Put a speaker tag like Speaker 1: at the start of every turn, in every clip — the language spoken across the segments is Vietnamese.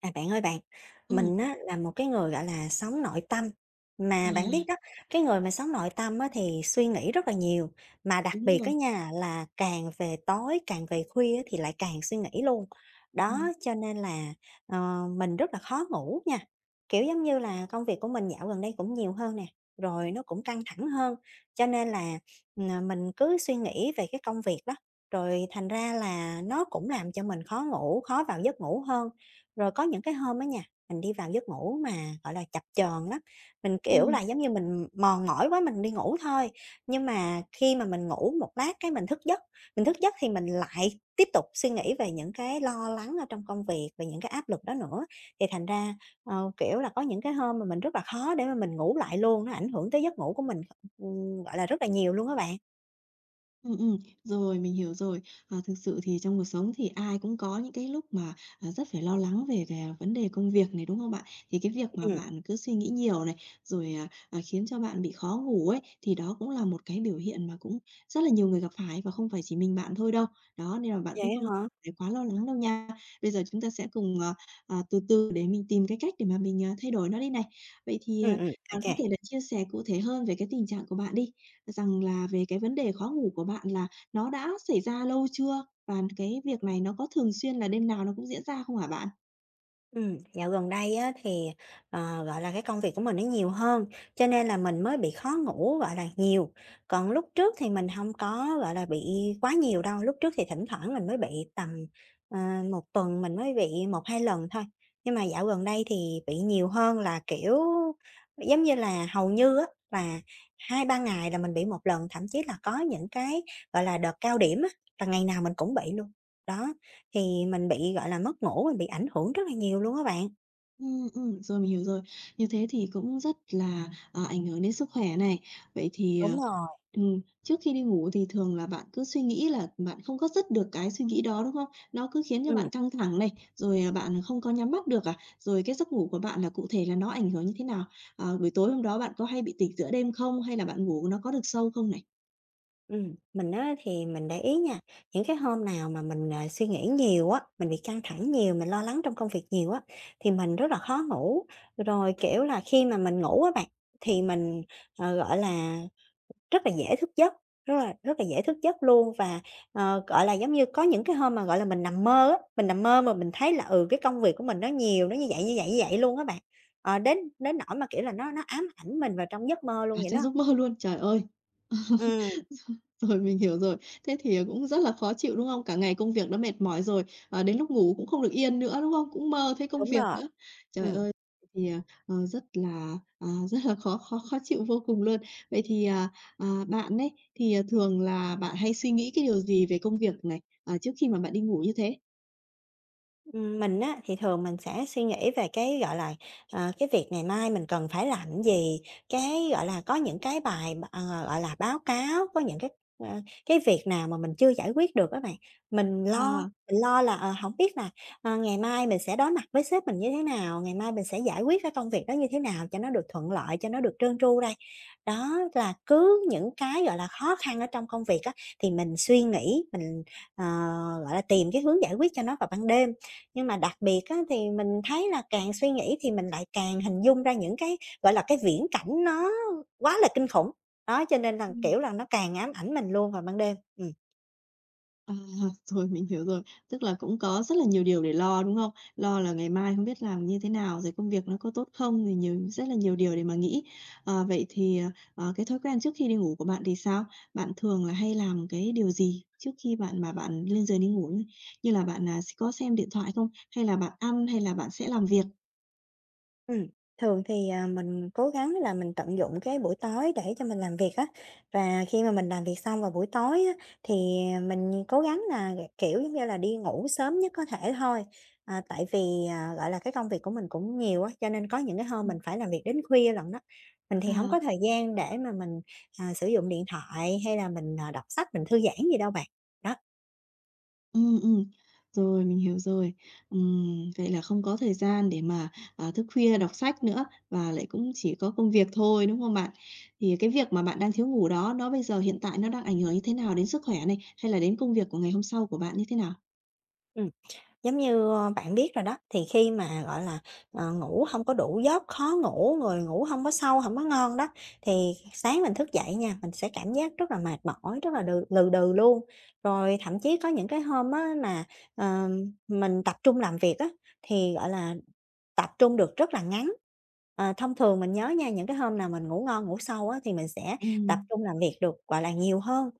Speaker 1: À, bạn ơi bạn,
Speaker 2: Ừm,
Speaker 1: mình á là một cái người, gọi là, sống nội tâm,
Speaker 2: à,
Speaker 1: mà bạn biết đó, cái người mà sống nội tâm á thì suy nghĩ rất là nhiều, mà đặc
Speaker 2: đúng
Speaker 1: biệt
Speaker 2: rồi,
Speaker 1: cái nhà là càng về tối, càng về khuya á thì lại càng suy nghĩ luôn.
Speaker 2: ừm,
Speaker 1: Đó, cho nên là, mình rất là khó ngủ nha, kiểu, giống như là, công việc của mình dạo gần đây cũng nhiều hơn nè, rồi nó cũng căng thẳng hơn, cho nên là, mình cứ suy nghĩ về cái công việc đó, rồi thành ra là nó cũng làm cho mình khó ngủ, khó vào giấc ngủ hơn. Rồi có những cái hôm á nha, mình đi vào giấc ngủ mà, gọi là, chập chờn lắm, mình, kiểu là,
Speaker 2: ừm.
Speaker 1: giống như mình mòn mỏi quá mình đi ngủ thôi. Nhưng mà khi mà mình ngủ một lát cái mình thức giấc thì mình lại tiếp tục suy nghĩ về những cái lo lắng ở trong công việc, về những cái áp lực đó nữa. Thì thành ra, kiểu là, có những cái hôm mà mình rất là khó để mà mình ngủ lại luôn, nó ảnh hưởng tới giấc ngủ của mình, gọi là, rất là nhiều luôn các bạn.
Speaker 2: Ừ, rồi, mình hiểu rồi. À, thực sự thì trong cuộc sống thì ai cũng có những cái lúc mà, rất phải lo lắng về về vấn đề công việc này, đúng không bạn? Thì cái việc mà
Speaker 1: Ừm.
Speaker 2: bạn cứ suy nghĩ nhiều này, rồi, khiến cho bạn bị khó ngủ ấy, thì đó cũng là một cái biểu hiện mà cũng rất là nhiều người gặp phải và không phải chỉ mình bạn thôi đâu. Đó, nên là bạn cũng
Speaker 1: Vậy
Speaker 2: không
Speaker 1: hả?
Speaker 2: phải quá lo lắng đâu nha. Bây giờ chúng ta sẽ cùng, từ từ để mình tìm cái cách để mà mình, thay đổi nó đi này. Vậy thì,
Speaker 1: ừ ừ
Speaker 2: bạn có
Speaker 1: ok.
Speaker 2: thể là chia sẻ cụ thể hơn về cái tình trạng của bạn đi. Rằng là về cái vấn đề khó ngủ của bạn là nó đã xảy ra lâu chưa? Và cái việc này nó có thường xuyên là đêm nào nó cũng diễn ra không hả bạn?
Speaker 1: Dạo gần đây á thì, gọi là, cái công việc của mình nó nhiều hơn, cho nên là mình mới bị khó ngủ, gọi là, nhiều. Còn lúc trước thì mình không có, gọi là, bị quá nhiều đâu, lúc trước thì thỉnh thoảng mình mới bị tầm, ờ, 1 tuần mình mới bị một hai lần thôi. Nhưng mà dạo gần đây thì bị nhiều hơn là, kiểu, giống như là, hầu như á là hai ba ngày là mình bị một lần, thậm chí là có những cái, gọi là, đợt cao điểm á, là ngày nào mình cũng bị luôn. Đó. Thì mình bị, gọi là, mất ngủ, mình bị ảnh hưởng rất là nhiều luôn á bạn.
Speaker 2: Rồi, mình hiểu rồi. Như thế thì cũng rất là, ảnh hưởng đến sức khỏe này. Vậy thì,
Speaker 1: Đúng rồi.
Speaker 2: trước khi đi ngủ thì thường là bạn cứ suy nghĩ là bạn không có dứt được cái suy nghĩ đó, đúng không? Nó cứ khiến cho
Speaker 1: Ừm,
Speaker 2: bạn căng thẳng này, rồi, bạn không có nhắm mắt được à? Rồi cái giấc ngủ của bạn là cụ thể là nó ảnh hưởng như thế nào? Buổi tối hôm đó bạn có hay bị tỉnh giữa đêm không? Hay là bạn ngủ nó có được sâu không này?
Speaker 1: mình á thì mình để ý nha, những cái hôm nào mà mình, à, suy nghĩ nhiều á, mình bị căng thẳng nhiều, mình lo lắng trong công việc nhiều á, thì mình rất là khó ngủ. Rồi, kiểu là, khi mà mình ngủ á bạn, thì mình, gọi là, rất là dễ thức giấc, rất là dễ thức giấc luôn và, gọi là, giống như có những cái hôm mà, gọi là, mình nằm mơ á, mình nằm mơ mà mình thấy là, ừ, cái công việc của mình nó nhiều, nó như vậy, như vậy, như vậy luôn á bạn. Ờ, đến đến nỗi mà, kiểu là, nó ám ảnh mình vào trong giấc mơ luôn
Speaker 2: À,
Speaker 1: vậy
Speaker 2: chắc
Speaker 1: đó.
Speaker 2: giấc mơ luôn, trời ơi!
Speaker 1: Ừm,
Speaker 2: Rồi, mình hiểu rồi. Thế thì, cũng rất là khó chịu, đúng không? Cả ngày công việc đã mệt mỏi rồi, đến lúc ngủ cũng không được yên nữa, đúng không? Cũng mơ thấy công
Speaker 1: đúng
Speaker 2: việc
Speaker 1: rồi.
Speaker 2: nữa. Trời
Speaker 1: Ừm.
Speaker 2: ơi! Thì, rất là, rất là khó khó khó chịu vô cùng luôn. Vậy thì, bạn ấy, thì, thường là bạn hay suy nghĩ cái điều gì về công việc này, trước khi mà bạn đi ngủ như thế?
Speaker 1: Mình á, thì thường mình sẽ suy nghĩ về cái, gọi là, cái việc ngày mai mình cần phải làm cái gì, cái, gọi là, có những cái bài gọi là, báo cáo, có những cái, cái việc nào mà mình chưa giải quyết được á bạn. Mình lo
Speaker 2: À.
Speaker 1: mình lo là, hổng biết là, ngày mai mình sẽ đối mặt với sếp mình như thế nào, ngày mai mình sẽ giải quyết cái công việc đó như thế nào cho nó được thuận lợi, cho nó được trơn tru đây. Đó là cứ những cái, gọi là, khó khăn ở trong công việc á, thì mình suy nghĩ, mình, ờ, gọi là, tìm cái hướng giải quyết cho nó vào ban đêm. Nhưng mà đặc biệt á, thì mình thấy là càng suy nghĩ thì mình lại càng hình dung ra những cái, gọi là, cái viễn cảnh nó quá là kinh khủng. Đó, cho nên là,
Speaker 2: Ừm.
Speaker 1: kiểu là, nó càng ám ảnh mình luôn vào ban đêm. Ừm.
Speaker 2: À, rồi, mình hiểu rồi. Tức là cũng có rất là nhiều điều để lo, đúng không? Lo là ngày mai không biết làm như thế nào, rồi công việc nó có tốt không, rồi nhiều rất là nhiều điều để mà nghĩ. Vậy thì, cái thói quen trước khi đi ngủ của bạn thì sao? Bạn thường là hay làm cái điều gì trước khi bạn mà bạn lên giường đi ngủ ấy? Như là bạn, có xem điện thoại không? Hay là bạn ăn, hay là bạn sẽ làm việc?
Speaker 1: Ừm, thường thì, à, mình cố gắng là mình tận dụng cái buổi tối để cho mình làm việc á. Và khi mà mình làm việc xong vào buổi tối á, thì mình cố gắng là, kiểu, giống như là, đi ngủ sớm nhất có thể thôi. À, tại vì, à, gọi là, cái công việc của mình cũng nhiều á, cho nên có những cái hôm
Speaker 2: Ừm.
Speaker 1: mình phải làm việc đến khuya lận đó. Mình thì không
Speaker 2: À.
Speaker 1: có thời gian để mà mình, à, sử dụng điện thoại hay là mình, à, đọc sách, mình thư giãn gì đâu bạn. Đó,
Speaker 2: Ừ. Rồi, mình hiểu rồi. Vậy là không có thời gian để mà, thức khuya đọc sách nữa và lại cũng chỉ có công việc thôi, đúng không bạn? Thì cái việc mà bạn đang thiếu ngủ đó, nó bây giờ hiện tại nó đang ảnh hưởng như thế nào đến sức khỏe này, hay là đến công việc của ngày hôm sau của bạn như thế nào?
Speaker 1: ừm. Giống như, ơ, bạn biết rồi đó, thì khi mà, gọi là, ngủ không có đủ giấc, khó ngủ, người ngủ không có sâu, không có ngon đó, thì sáng mình thức dậy nha, mình sẽ cảm giác rất là mệt mỏi, rất là đừ lừ đừ luôn. Rồi thậm chí có những cái hôm á mà, ờ, mình tập trung làm việc á, thì, gọi là, tập trung được rất là ngắn. Ờ, thông thường mình nhớ nha, những cái hôm nào mình ngủ ngon, ngủ sâu á, thì mình sẽ tập
Speaker 2: Ừm,
Speaker 1: trung làm việc được, gọi là, nhiều hơn.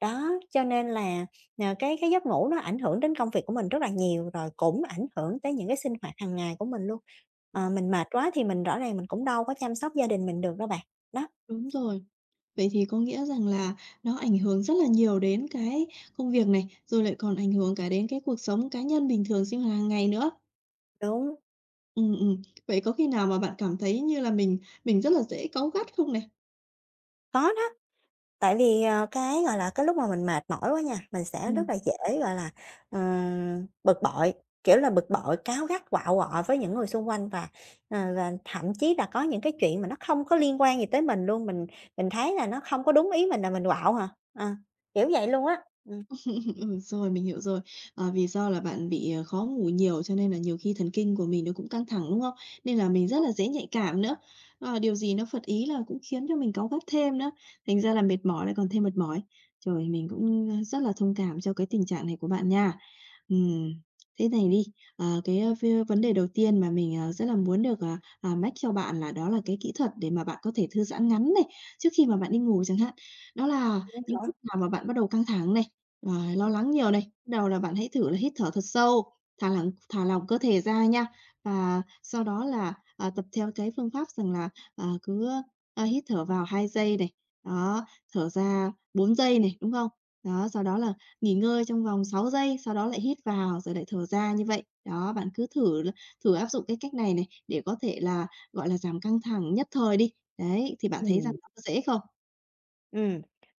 Speaker 1: Đó, cho nên là, cái giấc ngủ nó ảnh hưởng đến công việc của mình rất là nhiều, rồi cũng ảnh hưởng tới những cái sinh hoạt hàng ngày của mình luôn. Ờ, mình mệt quá thì mình rõ ràng mình cũng đâu có chăm sóc gia đình mình được đâu bạn. Đó,
Speaker 2: đúng rồi. Vậy thì có nghĩa rằng là nó ảnh hưởng rất là nhiều đến cái công việc này, rồi lại còn ảnh hưởng cả đến cái cuộc sống cá nhân bình thường sinh hoạt hàng ngày nữa.
Speaker 1: đúng,
Speaker 2: Ừ. Vậy có khi nào mà bạn cảm thấy như là mình rất là dễ cáu gắt không này?
Speaker 1: có đó. Tại vì, cái, gọi là, cái lúc mà mình mệt mỏi quá nha, mình sẽ
Speaker 2: Ừm.
Speaker 1: rất là dễ, gọi là, bực bội, kiểu là, bực bội, cáu gắt, quạo quọ với những người xung quanh và, và thậm chí là có những cái chuyện mà nó không có liên quan gì tới mình luôn, mình thấy là nó không có đúng ý mình là mình quạo hả ờ, kiểu vậy luôn á.
Speaker 2: Rồi, mình hiểu rồi. Vì do là bạn bị, khó ngủ nhiều cho nên là nhiều khi thần kinh của mình nó cũng căng thẳng, đúng không? Nên là mình rất là dễ nhạy cảm nữa. Điều gì nó phật ý là cũng khiến cho mình cáu gắt thêm nữa, thành ra là mệt mỏi lại còn thêm mệt mỏi. Trời, mình cũng, rất là thông cảm cho cái tình trạng này của bạn nha. Ừm, thế này đi, cái, ơ, v vấn đề đầu tiên mà mình, rất là muốn được, mách cho bạn là đó là cái kỹ thuật để mà bạn có thể thư giãn ngắn này, trước khi mà bạn đi ngủ chẳng hạn. Đó là những lúc nào mà bạn bắt đầu căng thẳng này, lo lắng nhiều này. Bắt đầu là bạn hãy thử là hít thở thật sâu, thả lỏng cơ thể ra nha. Và sau đó là, tập theo cái phương pháp rằng là, à, cứ, hít thở vào 2 giây này, đó, thở ra 4 giây này, đúng không? Đó, sau đó là nghỉ ngơi trong vòng 6 giây, sau đó lại hít vào rồi lại thở ra như vậy. Đó, bạn cứ thử áp dụng cái cách này này để có thể là, gọi là, giảm căng thẳng nhất thời đi. Đấy, thì bạn thấy rằng
Speaker 1: Ừm.
Speaker 2: nó có dễ không?
Speaker 1: Ừ,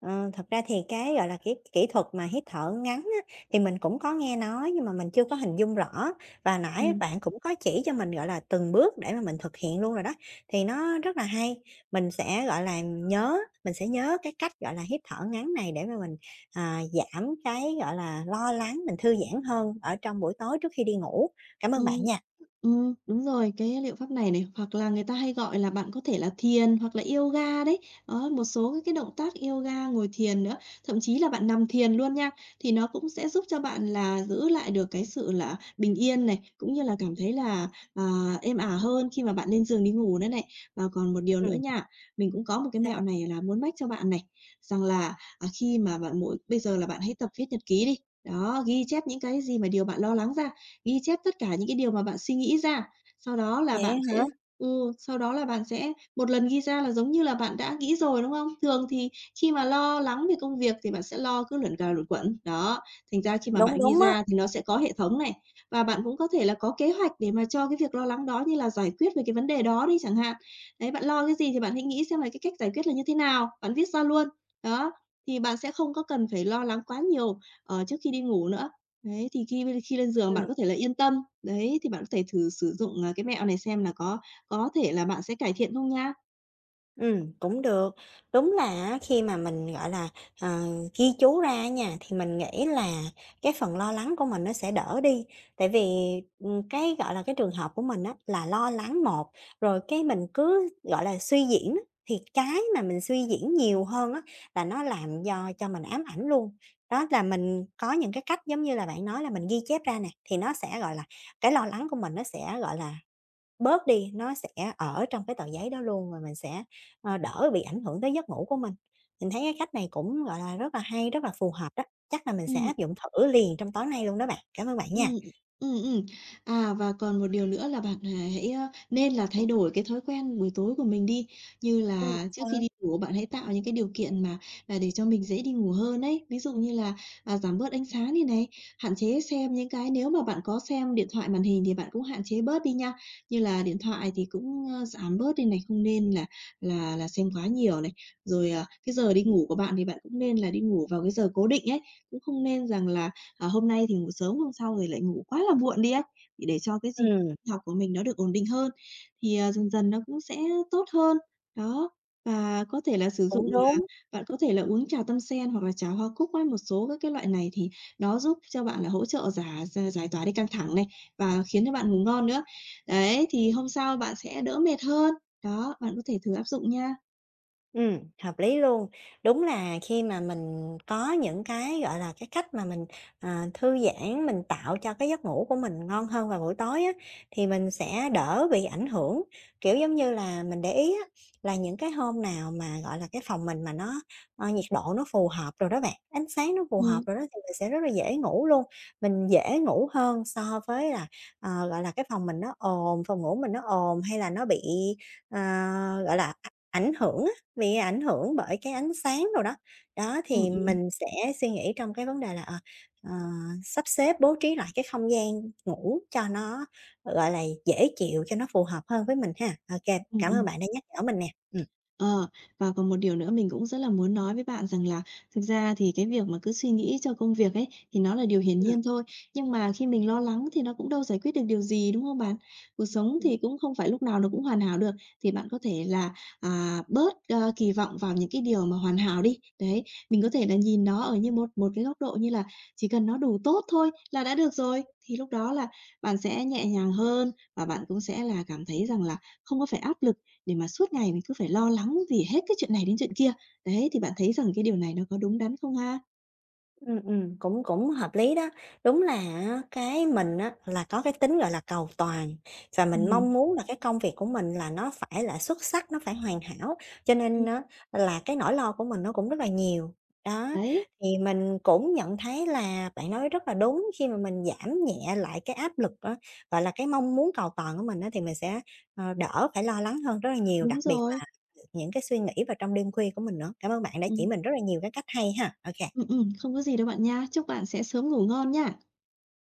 Speaker 1: thật ra thì cái, gọi là, kỹ kỹ thuật mà hít thở ngắn á, thì mình cũng có nghe nói nhưng mà mình chưa có hình dung rõ, và nãy
Speaker 2: Ừm.
Speaker 1: bạn cũng có chỉ cho mình, gọi là, từng bước để mà mình thực hiện luôn rồi đó, thì nó rất là hay. Mình sẽ, gọi là, nhớ mình sẽ nhớ cái cách, gọi là, hít thở ngắn này để mà mình, à, giảm cái, gọi là, lo lắng, mình thư giãn hơn ở trong buổi tối trước khi đi ngủ. Cảm ơn bạn
Speaker 2: Ừm.
Speaker 1: nha.
Speaker 2: Đúng rồi, cái liệu pháp này này, hoặc là người ta hay gọi là bạn có thể là thiền hoặc là yoga đấy. Đó, một số cái động tác yoga, ngồi thiền nữa, thậm chí là bạn nằm thiền luôn nha, thì nó cũng sẽ giúp cho bạn là giữ lại được cái sự là bình yên này, cũng như là cảm thấy là, à, êm ả hơn khi mà bạn lên giường đi ngủ nữa này. Và còn một điều
Speaker 1: Ừ.
Speaker 2: nữa nha, mình cũng có một cái
Speaker 1: Sao
Speaker 2: mẹo
Speaker 1: bạn?
Speaker 2: này là muốn mách cho bạn này, rằng là, khi mà bạn mỗi bây giờ là bạn hãy tập viết nhật ký đi, đó, ghi chép những cái gì mà điều bạn lo lắng ra ghi chép tất cả những cái điều mà bạn suy nghĩ ra. Sau đó là
Speaker 1: Vậy
Speaker 2: bạn
Speaker 1: hả?
Speaker 2: sẽ Sau đó là bạn sẽ một lần ghi ra là giống như là bạn đã nghĩ rồi, đúng không? Thường thì khi mà lo lắng về công việc thì bạn sẽ lo cứ luẩn cà luẩn quẩn, đó, thành ra khi mà
Speaker 1: Đúng,
Speaker 2: bạn ghi
Speaker 1: đúng á.
Speaker 2: ra thì nó sẽ có hệ thống này, và bạn cũng có thể là có kế hoạch để mà cho cái việc lo lắng đó như là giải quyết về cái vấn đề đó đi chẳng hạn. Đấy, bạn lo cái gì thì bạn hãy nghĩ xem là cái cách giải quyết là như thế nào, bạn viết ra luôn. Đó, thì bạn sẽ không có cần phải lo lắng quá nhiều, trước khi đi ngủ nữa. Đấy, thì khi khi lên giường
Speaker 1: Ừ.
Speaker 2: bạn có thể là yên tâm, đấy, thì bạn có thể thử sử dụng, cái mẹo này xem là có thể là bạn sẽ cải thiện không nha.
Speaker 1: Cũng được. Đúng là á, khi mà mình, gọi là, ờ, ghi chú ra á nha, thì mình nghĩ là cái phần lo lắng của mình nó sẽ đỡ đi. Tại vì, cái, gọi là, cái trường hợp của mình á, là lo lắng một, rồi cái mình cứ, gọi là, suy diễn á, thì cái mà mình suy diễn nhiều hơn á, là nó làm do cho mình ám ảnh luôn. Đó là mình có những cái cách giống như là bạn nói là mình ghi chép ra nè, thì nó sẽ, gọi là, cái lo lắng của mình nó sẽ, gọi là, bớt đi, nó sẽ ở trong cái tờ giấy đó luôn rồi mình sẽ, đỡ bị ảnh hưởng tới giấc ngủ của mình. Mình thấy cái cách này cũng, gọi là, rất là hay, rất là phù hợp đó, chắc là mình sẽ
Speaker 2: Ừm.
Speaker 1: áp dụng thử liền trong tối nay luôn đó bạn. Cảm ơn bạn nha.
Speaker 2: Ừm, ừm, ừm. À, và còn một điều nữa là bạn, hãy, nên là thay đổi cái thói quen buổi tối của mình đi, như
Speaker 1: Ừm.
Speaker 2: là trước
Speaker 1: Ờ,
Speaker 2: khi đi ngủ bạn hãy tạo những cái điều kiện mà, để cho mình dễ đi ngủ hơn ấy. Ví dụ như là, giảm bớt ánh sáng đi này, hạn chế xem những cái nếu mà bạn có xem điện thoại màn hình thì bạn cũng hạn chế bớt đi nha. Như là điện thoại thì cũng, giảm bớt đi này, không nên là xem quá nhiều này. Rồi, cái giờ đi ngủ của bạn thì bạn cũng nên là đi ngủ vào cái giờ cố định ấy, cũng không nên rằng là hôm nay thì ngủ sớm, hôm sau rồi lại ngủ quá là muộn đi ấy, thì để cho cái gì
Speaker 1: ừm,
Speaker 2: học của mình nó được ổn định hơn, thì, dần dần nó cũng sẽ tốt hơn. Đó, và có thể là sử dụng
Speaker 1: cũng
Speaker 2: là
Speaker 1: đúng.
Speaker 2: bạn có thể là uống trà tâm sen hoặc là trà hoa cúc ấy, một số các cái loại này thì nó giúp cho bạn là hỗ trợ giải tỏa đi căng thẳng này, và khiến cho bạn ngủ ngon nữa. Đấy, thì hôm sau bạn sẽ đỡ mệt hơn. Đó, bạn có thể thử áp dụng nha.
Speaker 1: Hợp lý luôn. Đúng là khi mà mình có những cái, gọi là, cái cách mà mình, à, thư giãn, mình tạo cho cái giấc ngủ của mình ngon hơn vào buổi tối á, thì mình sẽ đỡ bị ảnh hưởng. Kiểu, giống như là, mình để ý á, là những cái hôm nào mà, gọi là, cái phòng mình mà nó, nhiệt độ nó phù hợp rồi đó bạn, ánh sáng nó phù hợp
Speaker 2: Ừ,
Speaker 1: rồi đó thì mình sẽ rất là dễ ngủ luôn. Mình dễ ngủ hơn so với là, gọi là, cái phòng mình nó ồn, phòng ngủ mình nó ồn hay là nó bị, ờ, gọi là, ảnh hưởng, bị ảnh hưởng bởi cái ánh sáng đồ đó. Đó,
Speaker 2: ừ,
Speaker 1: thì
Speaker 2: ừ, ừ.
Speaker 1: mình sẽ suy nghĩ trong cái vấn đề là, ờ, sắp xếp, bố trí lại cái không gian ngủ cho nó, gọi là, dễ chịu, cho nó phù hợp hơn với mình ha. OK, cảm ơn bạn đã nhắc nhở mình nè. Ừm.
Speaker 2: Ờ, và còn một điều nữa mình cũng rất là muốn nói với bạn rằng là thực ra thì cái việc mà cứ suy nghĩ cho công việc ấy, thì nó là điều hiển nhiên thôi, nhưng mà khi mình lo lắng thì nó cũng đâu giải quyết được điều gì, đúng không bạn? Cuộc sống
Speaker 1: Ừm.
Speaker 2: thì cũng không phải lúc nào nó cũng hoàn hảo được, thì bạn có thể là, bớt, kỳ vọng vào những cái điều mà hoàn hảo đi. Đấy, mình có thể là nhìn nó ở như một một cái góc độ như là chỉ cần nó đủ tốt thôi là đã được rồi, thì lúc đó là bạn sẽ nhẹ nhàng hơn và bạn cũng sẽ là cảm thấy rằng là không có phải áp lực để mà suốt ngày mình cứ phải lo lắng vì hết cái chuyện này đến chuyện kia. Đấy, thì bạn thấy rằng cái điều này nó có đúng đắn không ha?
Speaker 1: Cũng cũng hợp lý đó. Đúng là á, cái mình á là có cái tính, gọi là, cầu toàn và mình
Speaker 2: Ừm,
Speaker 1: mong muốn là cái công việc của mình là nó phải là xuất sắc, nó phải hoàn hảo, cho nên
Speaker 2: ừm,
Speaker 1: á là cái nỗi lo của mình nó cũng rất là nhiều. Đó,
Speaker 2: đấy,
Speaker 1: thì mình cũng nhận thấy là bạn nói rất là đúng khi mà mình giảm nhẹ lại cái áp lực á, gọi là, cái mong muốn cầu toàn của mình á, thì mình sẽ, đỡ phải lo lắng hơn rất là nhiều, đặc
Speaker 2: đúng
Speaker 1: biệt
Speaker 2: rồi.
Speaker 1: là những cái suy nghĩ vào trong đêm khuya của mình nữa. Cảm ơn bạn đã chỉ
Speaker 2: Ừm,
Speaker 1: mình rất là nhiều cái cách hay ha. OK.
Speaker 2: không có gì đâu bạn nha. Chúc bạn sẽ sớm ngủ ngon nha.